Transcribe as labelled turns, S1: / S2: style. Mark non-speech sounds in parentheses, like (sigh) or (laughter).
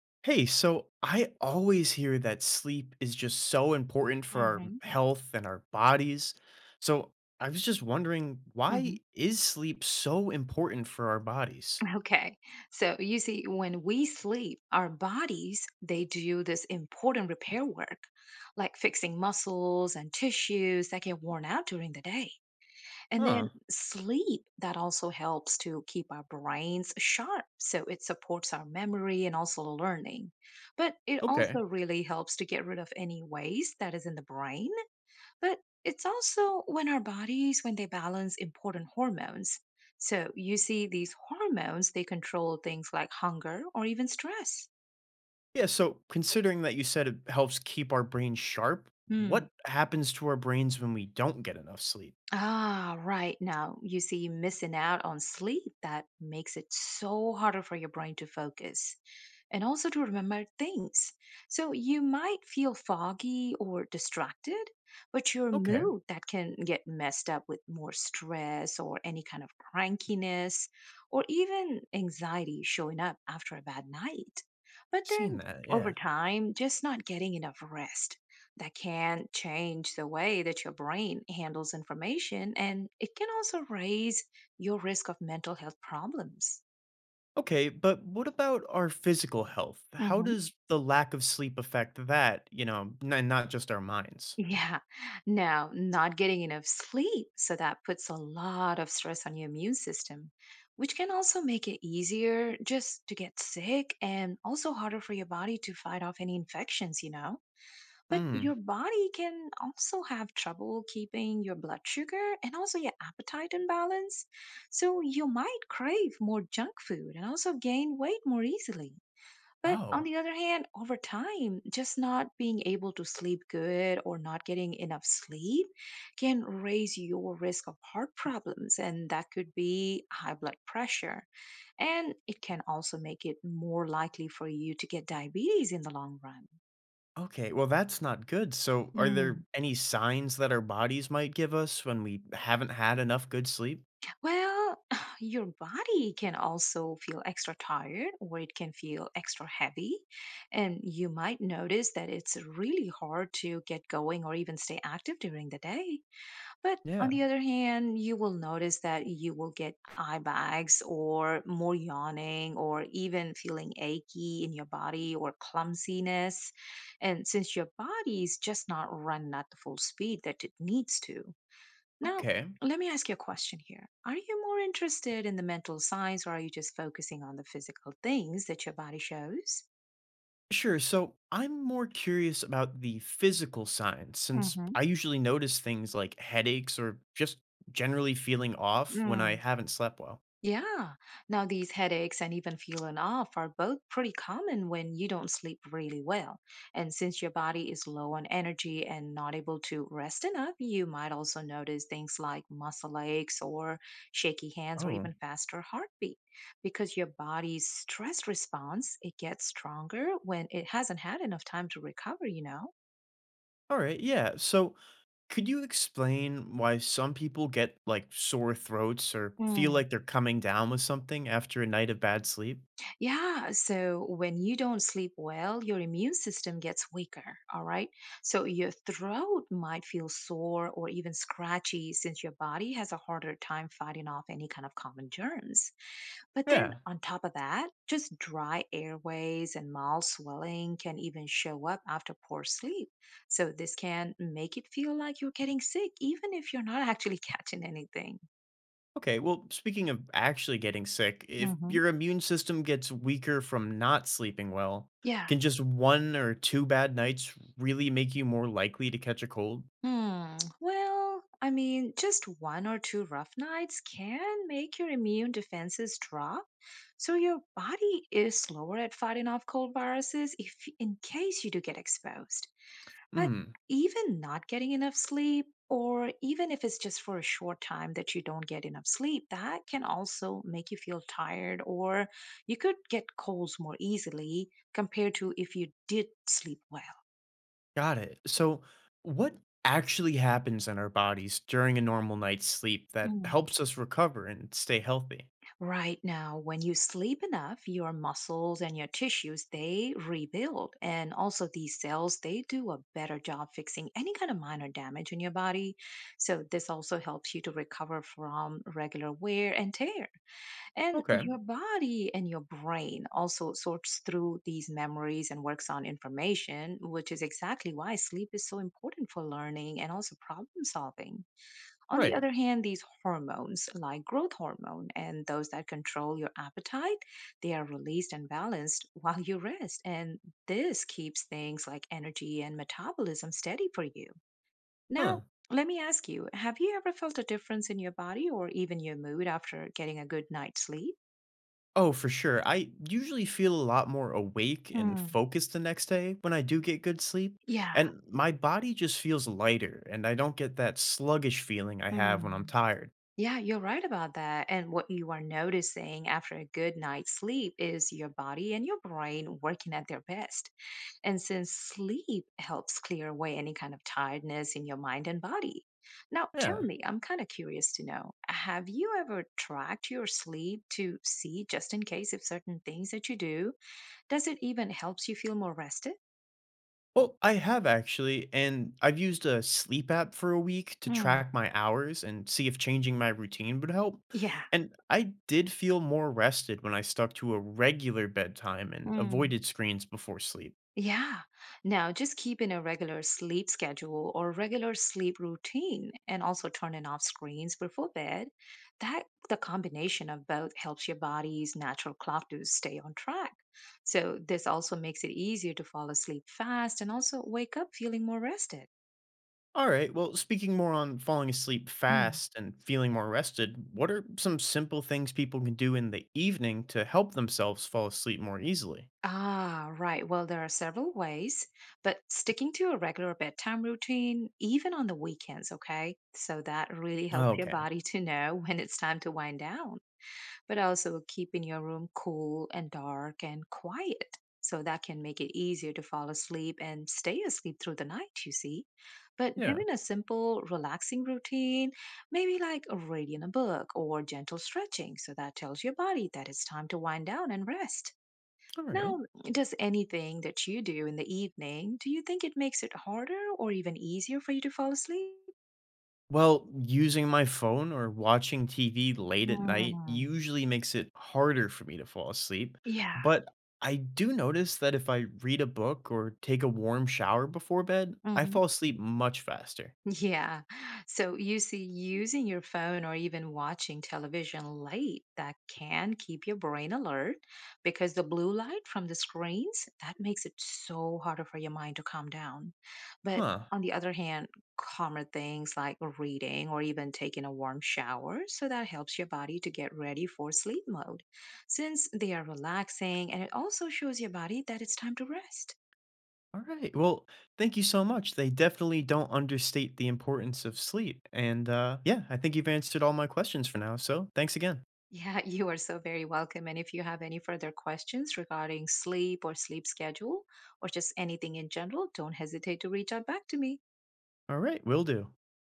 S1: Hey, so I always hear that sleep is just so important for our
S2: Mhm.
S1: health and our bodies. So I was just wondering, why
S2: Mhm.
S1: is sleep so important for our bodies?
S2: Okay. So you see, when we sleep, our bodies, they do this important repair work, like fixing muscles and tissues that get worn out during the day. And then
S1: Huh.
S2: sleep, that also helps to keep our brains sharp. So it supports our memory and also learning. But it
S1: Okay.
S2: also really helps to get rid of any waste that is in the brain. But it's also when our bodies, when they balance important hormones. So you see, these hormones, they control things like hunger or even stress.
S1: Yeah. So considering that you said it helps keep our brain sharp,
S2: Hmm.
S1: what happens to our brains when we don't get enough sleep?
S2: Ah, right. Now you see, missing out on sleep, that makes it so harder for your brain to focus, and also to remember things. So you might feel foggy or distracted, but your
S1: Okay.
S2: mood that can get messed up with more stress or any kind of crankiness or even anxiety showing up after a bad night. But
S1: Seen
S2: then
S1: that.
S2: over
S1: Yeah.
S2: time, just not getting enough rest that can change the way that your brain handles information, and it can also raise your risk of mental health problems.
S1: Okay. But what about our physical health? How does the lack of sleep affect that, you know, and not just our minds?
S2: Yeah. Now, not getting enough sleep, so that puts a lot of stress on your immune system, which can also make it easier just to get sick and also harder for your body to fight off any infections, you know? But
S1: Hmm.
S2: your body can also have trouble keeping your blood sugar and also your appetite in balance. So you might crave more junk food and also gain weight more easily. But on
S1: Oh,
S2: the other hand, over time, just not being able to sleep good or not getting enough sleep can raise your risk of heart problems, and that could be high blood pressure. And it can also make it more likely for you to get diabetes in the long run.
S1: okay. Well, that's not good. So, are there
S2: Mm.
S1: any signs that our bodies might give us when we haven't had enough good sleep?
S2: Well, (sighs) your body can also feel extra tired, or it can feel extra heavy. And you might notice that it's really hard to get going or even stay active during the day. But on
S1: Yeah.
S2: the other hand, you will notice that you will get eye bags or more yawning or even feeling achy in your body or clumsiness. And since your body is just not run at the full speed that it needs to. Now,
S1: Okay.
S2: let me ask you a question here. Are you more interested in the mental signs, or are you just focusing on the physical things that your body shows?
S1: Sure. So, I'm more curious about the physical signs since
S2: Mm-hmm.
S1: I usually notice things like headaches or just generally feeling off when I haven't slept well.
S2: Yeah. Now, these headaches and even feeling off are both pretty common when you don't sleep really well. And since your body is low on energy and not able to rest enough, you might also notice things like muscle aches or shaky hands or
S1: Oh.
S2: even faster heartbeat, because your body's stress response, it gets stronger when it hasn't had enough time to recover, you
S1: All right. Yeah. So, could you explain why some people get like sore throats or feel
S2: know?
S1: like they're coming down with something after a night of bad sleep?
S2: Yeah, so when you don't sleep well, your immune system gets weaker, all right? So your throat might feel sore or even scratchy since your body has a harder time fighting off any kind of common germs. But then
S1: Yeah.
S2: on top of that, just dry airways and mild swelling can even show up after poor sleep. So this can make it feel like you're getting sick, even if you're not actually (laughs) catching anything.
S1: Okay, well, speaking of actually getting sick, if
S2: Hmm.
S1: your immune system gets weaker from not sleeping well,
S2: Yeah.
S1: can just one or two bad nights really make you more likely to catch a cold?
S2: Hmm. Well, just one or two rough nights can make your immune defenses drop. So your body is slower at fighting off cold viruses if in case you do get exposed. But
S1: Hmm,
S2: even not getting enough sleep, or even if it's just for a short time that you don't get enough sleep, that can also make you feel tired, or you could get colds more easily compared to if you did sleep well.
S1: got it. So, what actually happens in our bodies during a normal night's sleep that helps us recover and stay healthy?
S2: Right now, when you sleep enough, your muscles and your tissues, they rebuild. And also these cells, they do a better job fixing any kind of minor damage in your body. So this also helps you to recover from regular wear and tear. And
S1: Okay,
S2: your body and your brain also sorts through these memories and works on information, which is exactly why sleep is so important for learning and also problem solving. On the
S1: right.
S2: other hand, these hormones, like growth hormone and those that control your appetite, they are released and balanced (laughs) while you rest. And this keeps things like energy and metabolism steady for you.
S1: Huh.
S2: Now, let me ask you, have you ever felt a difference in your body or even your mood after getting a good night's sleep?
S1: Oh, for sure. I usually feel a lot more awake and
S2: Mm.
S1: focused the next day when I do get good sleep.
S2: Yeah.
S1: And my body just feels lighter, and I don't get that sluggish feeling I have when I'm
S2: Mm.
S1: tired.
S2: Yeah, you're right about that. And what you are noticing after a good night's sleep is your body and your brain working at their best. And since sleep helps clear away any kind of tiredness in your mind and body. Now, tell
S1: Yeah.
S2: me, I'm kind of curious to know, have you ever tracked your sleep to see just in case if certain things that you do, does it even helps you feel more rested?
S1: Well, I have actually, and I've used a sleep app for a week to
S2: Mm.
S1: track my hours and see if changing my routine would help.
S2: Yeah.
S1: And I did feel more rested when I stuck to a regular bedtime and
S2: Mm.
S1: avoided screens before sleep.
S2: Yeah. Now, just keep in a regular sleep schedule or regular sleep routine, and also turning off screens before bed. That the combination of both helps your body's natural clock to stay on track. So, this also makes it easier to fall asleep fast and also wake up feeling more rested.
S1: All right. Well, speaking more on falling asleep
S2: Hmm.
S1: fast and feeling more rested, what are some simple things people can do in the evening to help themselves fall asleep more easily?
S2: Ah, right. Well, there are several ways, but sticking to a regular bedtime routine, even on the weekends, okay? So that really
S1: Oh,
S2: helps your
S1: okay.
S2: body to know (laughs) when it's time to wind down. But also keeping your room cool and dark and quiet. So that can make it easier to fall asleep and stay asleep through the night, you see. But
S1: Yeah.
S2: doing a simple, relaxing routine, maybe like reading a book or gentle stretching, so that tells your body that it's time to wind down and rest.
S1: All right.
S2: Now, does anything that you do in the evening, do you think it makes it harder or even easier for you to fall asleep?
S1: Well, using my phone or watching TV late at night
S2: Hmm.
S1: usually makes it harder for me to fall asleep,
S2: Yeah.
S1: but I do notice that if I read a book or take a warm shower before bed, I
S2: Mhm.
S1: fall asleep much faster.
S2: Yeah. So you see, using your phone or even watching television late, that can keep your brain alert, because the blue light from the screens, that makes it so harder for your mind to calm down. But
S1: Huh.
S2: on the other hand, calmer things like reading or even taking a warm shower, so that helps your body to get ready for sleep mode since they are relaxing, and it also shows your body that it's time to rest.
S1: All right. Well, thank you so much. They definitely don't understate the importance of sleep. And yeah, I think you've answered all my questions for now. So thanks again.
S2: Yeah, (laughs) you are so very welcome. And if you have any further questions regarding sleep or sleep schedule or just anything in general, don't hesitate to reach out back to me.
S1: All right. Will do.